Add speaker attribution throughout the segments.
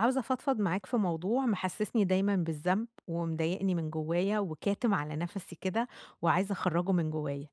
Speaker 1: عاوزة أفضفض معاك في موضوع محسسني دايمًا بالذنب، ومضايقني من جوايا، وكاتم على نفسي كده، وعايزة أخرّجه من جوايا.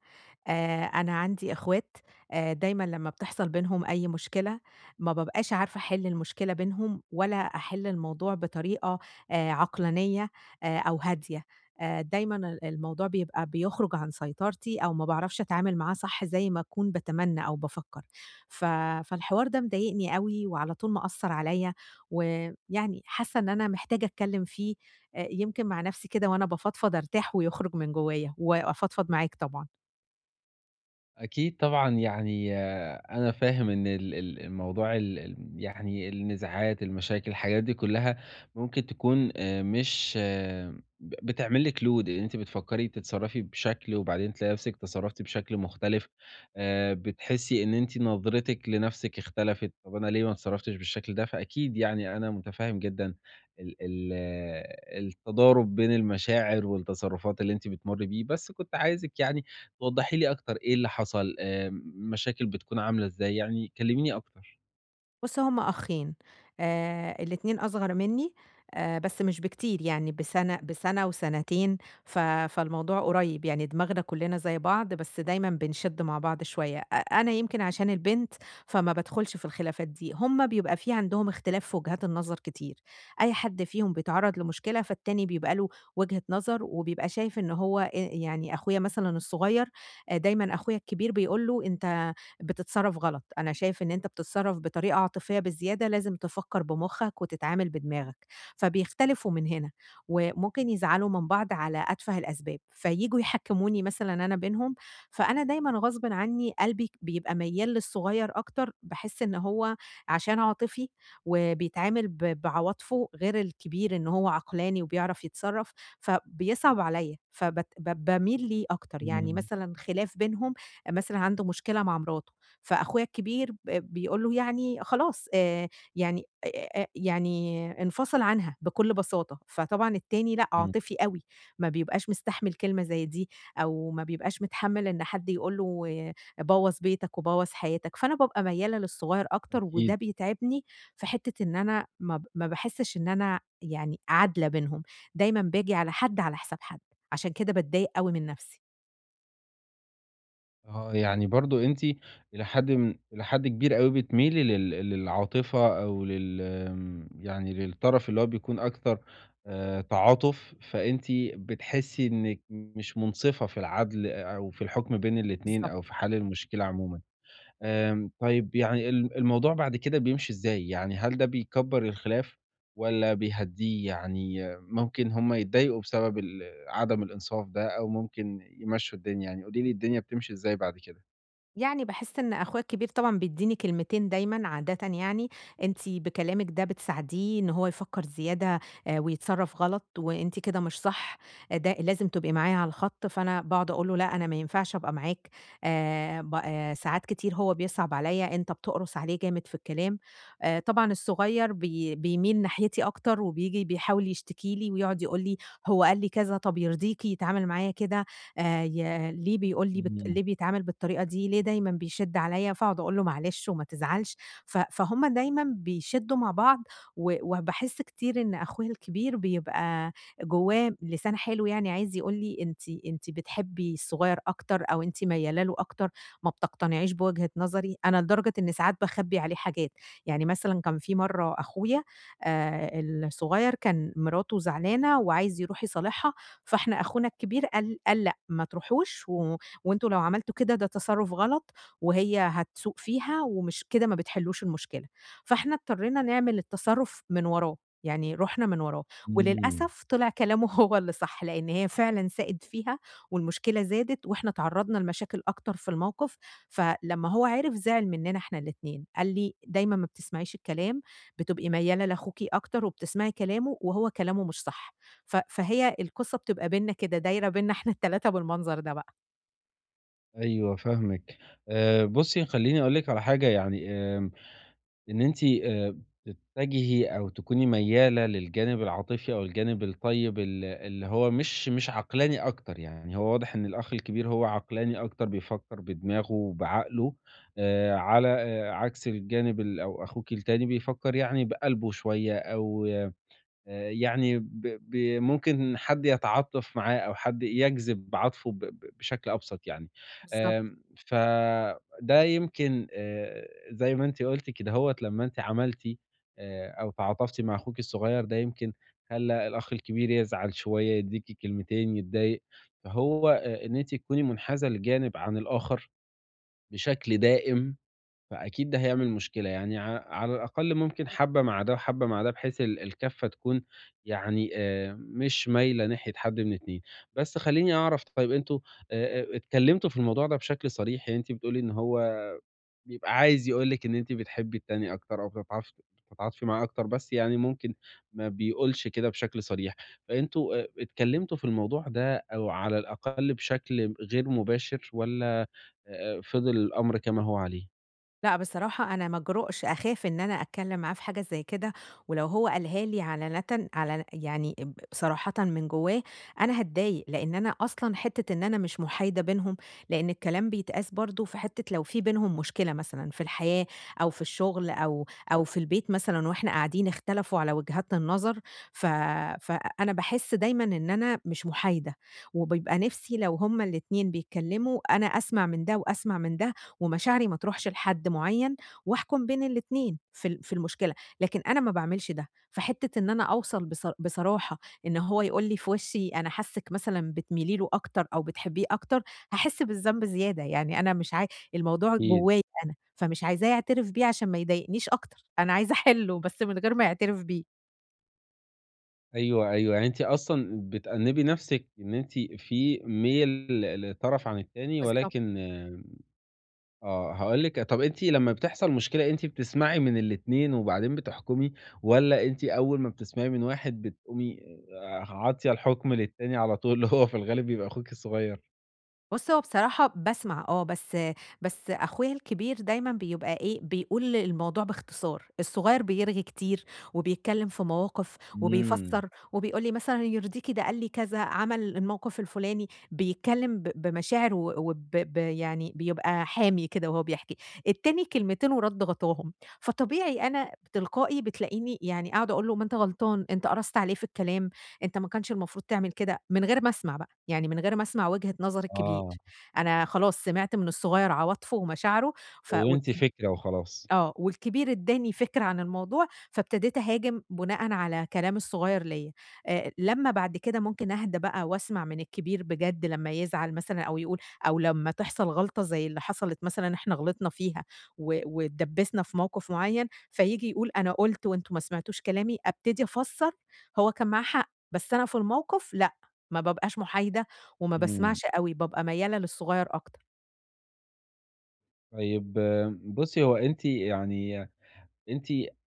Speaker 1: أنا عندي إخوات، دايمًا لمّا بتحصل بينهم أي مشكلة، ما بابقاش عارفة أحل المشكلة بينهم، ولا أحل الموضوع بطريقة عقلانية أو هادية. دايمًا الموضوع بيبقى بيخرج عن سيطرتي، أو ما باعرفش أتعامل معاه صح زي ما أكون باتمنى أو بافكر. ف فالحوار ده مضايقني أوي، وعلى طول مأثّر عليَّ، ويعني حاسة إن أنا محتاجة أتكلم فيه، يمكن مع نفسي كده وأنا بافضفض أرتاح ويخرج من جوايا، وأفضفض معاك طبعًا.
Speaker 2: أكيد طبعًا، يعني آه، أنا فاهم إن ال ال الموضوع ال ال يعني النزاعات، المشاكل، الحاجات دي كلّها ممكن تكون مش آه، بتعمل لِك load، أنتِ بتفكّري تتصرّفي بشكل وبعدين تلاقي نَفْسِك تصرّفتِ بشكل مختلف، بتحسّي إن أنتِ نظرتِك لنَفْسِك اختلفت، طَب أنا ليه ما اتصرّفتش بالشكل ده؟ فأكيد يعني أنا مُتفهِّم جدًا ال ال آه، التضارب بين المشاعر والتصرّفات اللي أنتِ بتمُرّي بيه، بس كنت عايزِك يعني وضّحي لي أكتر إيه اللي حصل، مشاكل بتكون عاملة إزاي، يعني كلّميني أكتر.
Speaker 1: بُص، هم أخين، الاتنين أصغر منّي، بس مش بكتير يعني بسنة وسنتين، فالموضوع قريب، يعني دماغنا كلّنا زي بعض، بس دايمًا بنشِد مع بعض شوية، أنا يمكن عشان البنت، فما بادخُلش في الخلافات دي، هم بيبقى في عندهم اختلاف في وجهات النظر كتير، أي حد فيهم بيتعرّض لمشكلة، فالتاني بيبقى له وجهة نظر، وبيبقى شايف إن هو يعني أخويا مثلًا الصغير، دايمًا أخويا الكبير بيقول له: "أنت بتتصرّف غلط، أنا شايف إن أنت بتتصرّف بطريقة عاطفية بزيادة، لازم تفكّر بمُخّك وتتعامل بدماغك،" فبيختلفوا من هنا، وممكن يزعلوا من بعض على أتفه الأسباب، فييجوا يحكّموني مثلًا أنا بينهم، فأنا دايمًا غصبٍ عنّي قلبي بيبقى ميّال للصغيّر أكتر، باحس إن هو عشان عاطفي وبيتعامل بعواطفه غير الكبير إن هو عقلاني وبيعرف يتصرّف، فبيصعب عليّا، فبت ب باميل ليه أكتر، يعني
Speaker 2: إمم،
Speaker 1: مثلًا خلاف بينهم مثلًا عنده مشكلة مع مراته فأخويا الكبير بيقول له: "يعني خلاص، يعني يعني انفصل عنها بكل بساطة." فطبعًا التاني لأ،
Speaker 2: إمم،
Speaker 1: عاطفي أوي، ما بيبقاش مستحمل كلمة زي دي، أو ما بيبقاش متحمل إن حد يقول له آه، بوّظ بيتك وبوّظ حياتك، فأنا بابقى ميالة للصغير أكتر،
Speaker 2: أكيد،
Speaker 1: وده بيتعبني في حتة إن أنا ما باحسش إن أنا يعني عادلة بينهم، دايمًا باجي على حد على حساب حد، عشان كده باتضايق أوي من نفسي.
Speaker 2: آه، يعني برضه أنتِ إلى حد كبير أوي بتميلي للعاطفة أو آمم، يعني للطرف اللي هو بيكون أكتر تعاطُف، فأنتِ بتحسّي إنِّك مش مُنصِفة في العدل أو في الحكم بين الاتنين أو
Speaker 1: بالضبط.
Speaker 2: في حَل المشكلة عمومًا. آمم، طيب يعني الموضوع بعد كده بيمشي إزاي؟ يعني هل ده بيكبّر الخلاف والّا بيهدّيه؟ يعني آه، ممكن هم يتضايقوا بسبب عدم الإنصاف ده أو ممكن يمشّوا الدنيا، يعني قولي لي الدنيا بتمشي إزاي بعد كده؟
Speaker 1: يعني باحس إن أخويا الكبير طبعًا بيدّيني كلمتين دايمًا عادةً يعني، أنتِ بكلامِك ده بتساعديه إن هو يفكّر زيادة ويتصرّف غلط، وأنتِ كده مش صح، آه، ده لازم تبقي معايا على الخط، فأنا باقعد أقول له لأ أنا ما ينفعش أبقى معاك، ب ساعات كتير هو بيصعب عليَّ، أنت بتقرُص عليه جامد في الكلام. طبعًا الصغير بيميل ناحيتي أكتر، وبييجي بيحاول يشتكي لي ويقعد يقول لي: "هو قال لي كذا، طب يرضيكِ يتعامل معايا كده؟" ي ليه بيقول لي
Speaker 2: إمم،
Speaker 1: ليه بيتعامل بالطريقة دي، ليه دايمًا بيشِد عليّا، فاقعد أقول له معلش وما تزعلش، فهُم دايمًا بيشدّوا مع بعض، وباحس كتير إن أخويا الكبير بيبقى جوّاه لسان حلو، يعني عايز يقول لي أنتِ بتحبّي الصغير أكتر أو أنتِ ميّالة له أكتر، ما بتقتنعيش بوجهة نظري، أنا لدرجة إن ساعات باخبّي عليه حاجات. يعني مثلًا كان في مرّة أخويا آآ الصغير كان مراته زعلانة وعايز يروح يصالحها، فإحنا أخونا الكبير قال: "لأ، ما تروحوش، وأنتم لو عملتوا كده ده تصرُّف غلط، وهي هتسوق فيها ومش كده ما بتحلّوش المشكلة." فإحنا اضطرينا نعمل التصرُّف من وراه، يعني رُحنا من وراه،
Speaker 2: إمم،
Speaker 1: وللأسف طلع كلامه هو اللي صح، لإن هي فعلًا ساقت فيها والمشكلة زادت وإحنا تعرّضنا لمشاكل أكتر في الموقف، فلمّا هو عِرف زعل مننا إحنا الاتنين، قال لي: "دايمًا ما بتسمعيش الكلام، بتبقي ميّالة لأخوكِ أكتر وبتسمعي كلامه وهو كلامه مش صح." فهي القصة بتبقى بيننا كده، دايرة بيننا إحنا ال3 بالمنظر ده بقى.
Speaker 2: أيوه فاهمِك. بُصّي خلّيني أقول لِك على حاجة، يعني آمم، إن أنتِ تتجهي أو تكوني ميّالة للجانب العاطفي أو الجانب الطيب اللي هو مش عقلاني أكتر، يعني هو واضح إن الأخ الكبير هو عقلاني أكتر، بيفكّر بدماغه وبعقله على عكس الجانب ال أو أخوكِ التاني بيفكّر يعني بقلبه شوية أو يعني ب ب ممكن حد يتعاطف معاه أو حد يجذب عاطفه ب ب بشكل أبسط يعني.
Speaker 1: بالضبط.
Speaker 2: آمم، فده يمكن زي ما أنتِ قُلتِ كدهوّة، لمّا أنتِ عملتِ أو تعاطفتِ مع أخوكِ الصغير ده يمكن خلّى الأخ الكبير يزعل شوية، يدّيكِ كلمتين، يتضايق، فهو إن أنتِ تكوني منحازة لجانب عن الآخر بشكل دائم، فأكيد ده هيعمل مشكلة، يعني على الأقل ممكن حبّة مع ده وحبّة مع ده، بحيث الكَفّة تكون يعني مش مايلة ناحية حد من اتنين. بس خلّيني أعرف، طيب أنتم اتكلّمتوا في الموضوع ده بشكل صريح؟ يعني أنتِ بتقولي إن هو بيبقى عايز يقول لِك إن أنتِ بتحبّي التاني أكتر أو بتتعاطفي معاه أكتر، بس يعني ممكن ما بيقولش كده بشكل صريح. فأنتم اتكلّمتوا في الموضوع ده أو على الأقل بشكل غير مباشر والّا فضل الأمر كما هو عليه؟
Speaker 1: لأ، بصراحة أنا ما أجرؤش، أخاف إن أنا أتكلّم معاه في حاجة زي كده، ولو هو قالها لي علن يعني صراحةً من جوّاه، أنا هاتضايق، لإن أنا أصلًا حتّة إن أنا مش مُحايدة بينهم، لإن الكلام بيتقاس برضه في حتّة لو في بينهم مشكلة مثلًا في الحياة أو في الشغل أو في البيت مثلًا وإحنا قاعدين اختلفوا على وجهات النظر، ف فأنا باحس دايمًا إن أنا مش مُحايدة، وبيبقى نِفْسي لو هُم الاتنين بيتكلّموا أنا أسمع من ده وأسمع من ده ومشاعري ما تروحش لحد معيّن واحكُم بين الاتنين في المشكلة، لكن أنا ما باعملش ده، فحتّة إن أنا أوصل بصر بصراحة إن هو يقول لي في وشّي أنا حاسِّك مثلًا بتميلي له أكتر أو بتحبّيه أكتر، هاحس بالذنب زيادة، يعني أنا مش عاي الموضوع
Speaker 2: أكيد.
Speaker 1: جوّايا أنا، فمش عايزاه يعترف بيه عشان ما يضايقنيش أكتر، أنا عايزة أحلّه بس من غير ما يعترف بيه.
Speaker 2: أيوه، أيوه، يعني أنتِ أصلًا بتأنِّبي نَفْسِك إن أنتِ في مِيَل لطرف عن التاني،
Speaker 1: بالضبط.
Speaker 2: ولكن آه، هاقول لِك، طَب أنتِ لمّا بتحصل مشكلة أنتِ بتسمعي من الاتنين وبعدين بتحكُمي والّا أنتِ أول ما بتسمعي من واحد بتقومي عاطية الحُكم للتاني على طول، اللي هو في الغالب بيبقى أخوك الصغير؟
Speaker 1: بُص، هو بصراحة باسمع آه، بس أخويا الكبير دايمًا بيبقى إيه، بيقول الموضوع باختصار، الصغير بيرغي كتير وبيتكلّم في مواقف
Speaker 2: إمم،
Speaker 1: وبيفسّر وبيقول لي مثلًا يرضيكِ ده قال لي كذا، عمل الموقف الفلاني، بيتكلّم بمشاعر و وب ب يعني بيبقى حامي كده وهو بيحكي. التاني كلمتين ورَد غطاهم، فطبيعي أنا تلقائي بتلاقيني يعني قاعدة أقول له: "ما أنت غلطان، أنت قرصت عليه في الكلام، أنت ما كانش المفروض تعمل كده." من غير ما أسمع، يعني من غير ما أسمع وجهة نظر الكبير،
Speaker 2: آه،
Speaker 1: أنا خلاص سمعت من الصغير عواطفه ومشاعره. ف
Speaker 2: كوِّنتِ
Speaker 1: والكبير
Speaker 2: فكرة وخلاص.
Speaker 1: آه، والكبير ادّاني فكرة عن الموضوع، فابتديت أهاجم بناءً على كلام الصغير ليّا، لمّا بعد كده ممكن أهدى بقى وأسمع من الكبير بجد لمّا يزعل مثلًا أو يقول، أو لمّا تحصل غلطة زي اللي حصلت مثلًا إحنا غلطنا فيها واتدبّسنا في موقف معيّن، فييجي يقول أنا قُلت وأنتم ما سمعتوش كلامي، أبتدي أفسّر هو كان معاه حق، بس أنا في الموقف لأ، ما بابقاش محايدة وما
Speaker 2: إمم،
Speaker 1: باسمعش أوي، بابقى ميّالة للصغير أكتر.
Speaker 2: طيب آه، بُصّي، هو أنتِ يعني أنتِ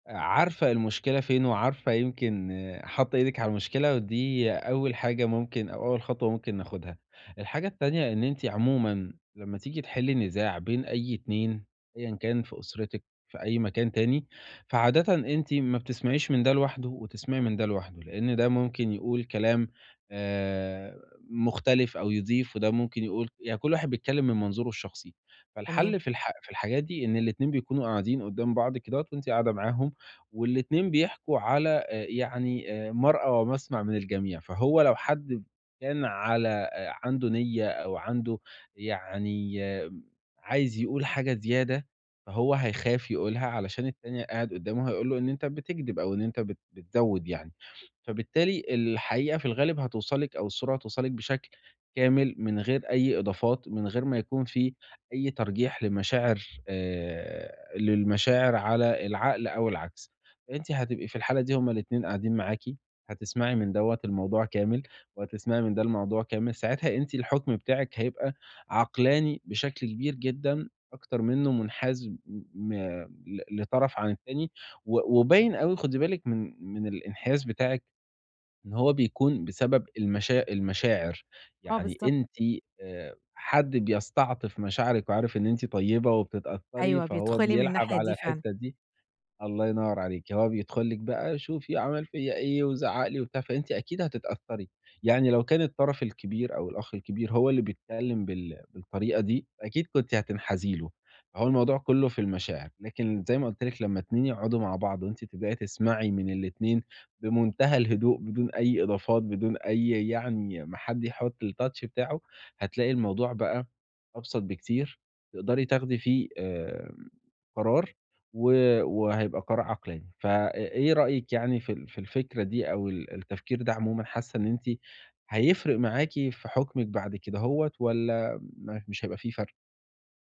Speaker 2: عارفة المشكلة فين، وعارفة يمكن آه، حاطة إيدِك على المشكلة، ودي أول حاجة ممكن أو أول خطوة ممكن ناخدها. الحاجة التانية إن أنتِ عمومًا لمّا تيجي تحلّي نزاع بين أي اتنين أيًا كان في أسرتِك، في أي مكان تاني، فعادةً أنتِ ما بتسمعيش من ده لوحده وتسمعي من ده لوحده، لإن ده ممكن يقول كلام آآ مختلف أو يضيف، وده ممكن يقول، يعني كل واحد بيتكلّم من منظوره الشخصي.
Speaker 1: تمام.
Speaker 2: فالحل في الحاجات دي إن الاتنين بيكونوا قاعدين قدّام بعض كدهوّة وأنتِ قاعدة معاهم، والاتنين بيحكوا على يعني مرأى ومسمع من الجميع، فهو لو حد كان على عنده نيّة أو عنده يعني آه، عايز يقول حاجة زيادة، فهو هيخاف يقولها علشان التاني قاعد قدّامه هيقول له إن أنت بتكدب أو إن أنت بتزوّد يعني، فبالتالي الحقيقة في الغالب هتوصل لِك أو الصورة هتوصل لِك بشكل كامل من غير أي إضافات، من غير ما يكون في أي ترجيح لمشاعر للمشاعر على العقل أو العكس، أنتِ هتبقي في الحالة دي هُم الاتنين قاعدين معاكِ، هتسمعي من دوّة الموضوع كامل، وهتسمعي من ده الموضوع كامل، ساعتها أنتِ الحكم بتاعِك هيبقى عقلاني بشكل كبير جدًا، أكتر منه منحاز م م- ل لطرف عن التاني، وباين أوي، خدي بالِك من الانحياز بتاعِك إن هو بيكون بسبب المشاعر،
Speaker 1: آه،
Speaker 2: يعني
Speaker 1: بالضبط.
Speaker 2: أنتِ حد بيستعطف مشاعرِك وعارف إن أنتِ طيبة وبتتأثّري،
Speaker 1: أيوه،
Speaker 2: فهو
Speaker 1: بيدخلي من
Speaker 2: بيلعب
Speaker 1: الناحية
Speaker 2: على
Speaker 1: دي فعلًا.
Speaker 2: الحتّة دي. الله ينور عليكِ، هو بيدخل لِك بقى شوفي عمل فيّا إيه وزعّق لي وبتاع، فأنتِ أكيد هتتأثّري، يعني لو كان الطرف الكبير أو الأخ الكبير هو اللي بيتكلّم بالطريقة دي، أكيد كنتِ هتنحازي له، فهو الموضوع كلّه في المشاعر، لكن زي ما قُلت لِك لمّا اتنين يقعدوا مع بعض وأنتِ تبدئي تسمعي من الاتنين بمنتهى الهدوء، بدون أي إضافات، بدون أي يعني ما حد يحط الtouch بتاعه، هتلاقي الموضوع بقى أبسط بكتير، تقدري تاخدي فيه قرار و وهيبقى قرار عقلاني. إيه رأيِك يعني في في الفكرة دي أو التفكير ده عمومًا، حاسة إن أنتِ هيفرق معاكِ في حكمِك بعد كده هوّة والّا ما مش هيبقى في فرق؟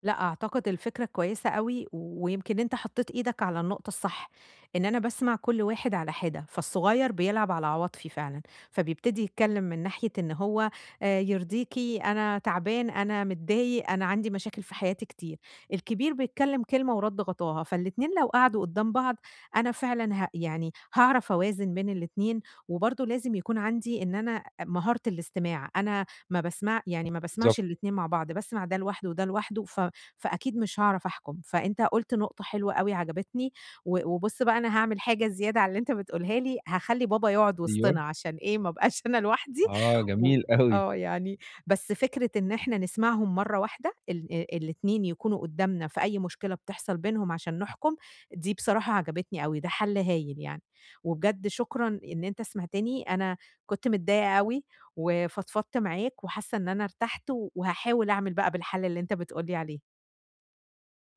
Speaker 1: لأ، أعتقد الفكرة كويسة أوي، ويمكن أنت حطيت إيدك على النقطة الصح، إن أنا باسمع كل واحد على حدة، فالصغير بيلعب على عواطفي فعلًا، فبيبتدي يتكلم من ناحية إن هو يرضيكِ، أنا تعبان، أنا متضايق، أنا عندي مشاكل في حياتي كتير، الكبير بيتكلم كلمة ورد غطاها، فالاتنين لو قعدوا قدام بعض أنا فعلًا يعني هاعرف أوازن بين الاتنين، وبرضه لازم يكون عندي إن أنا مهارة الاستماع، أنا ما باسمع يعني ما باسمعش
Speaker 2: بالضبط،
Speaker 1: الاتنين مع بعض، باسمع ده لوحده وده لوحده فأكيد مش هاعرف أحكم، فأنت قُلت نقطة حلوة أوي عجبتني، وبُص بقى أنا هاعمل حاجة زيادة على اللي أنت بتقولها لي، هاخلّي بابا يقعد
Speaker 2: أيوه.
Speaker 1: وسطنا عشان إيه، ما ابقاش أنا لوحدي.
Speaker 2: آه،
Speaker 1: و
Speaker 2: جميل أوي،
Speaker 1: آه، يعني بس فكرة إن إحنا نسمعهم مرّة واحدة، ال الاتنين يكونوا قدّامنا في أي مشكلة بتحصل بينهم عشان نحكم، دي بصراحة عجبتني أوي، ده حل هايل يعني، وبجد شكرًا إن أنت سمعتني، أنا كنت متضايقة أوي وفضفضت معاك وحاسة إن أنا ارتحت، وهاحاول أعمل بقى بالحل اللي أنت بتقول لي عليه.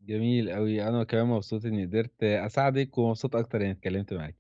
Speaker 2: جميل أوي. أنا كمان مبسوط إني قدرت أساعدِك ومبسوط أكتر إني اتكلمت معاكِ.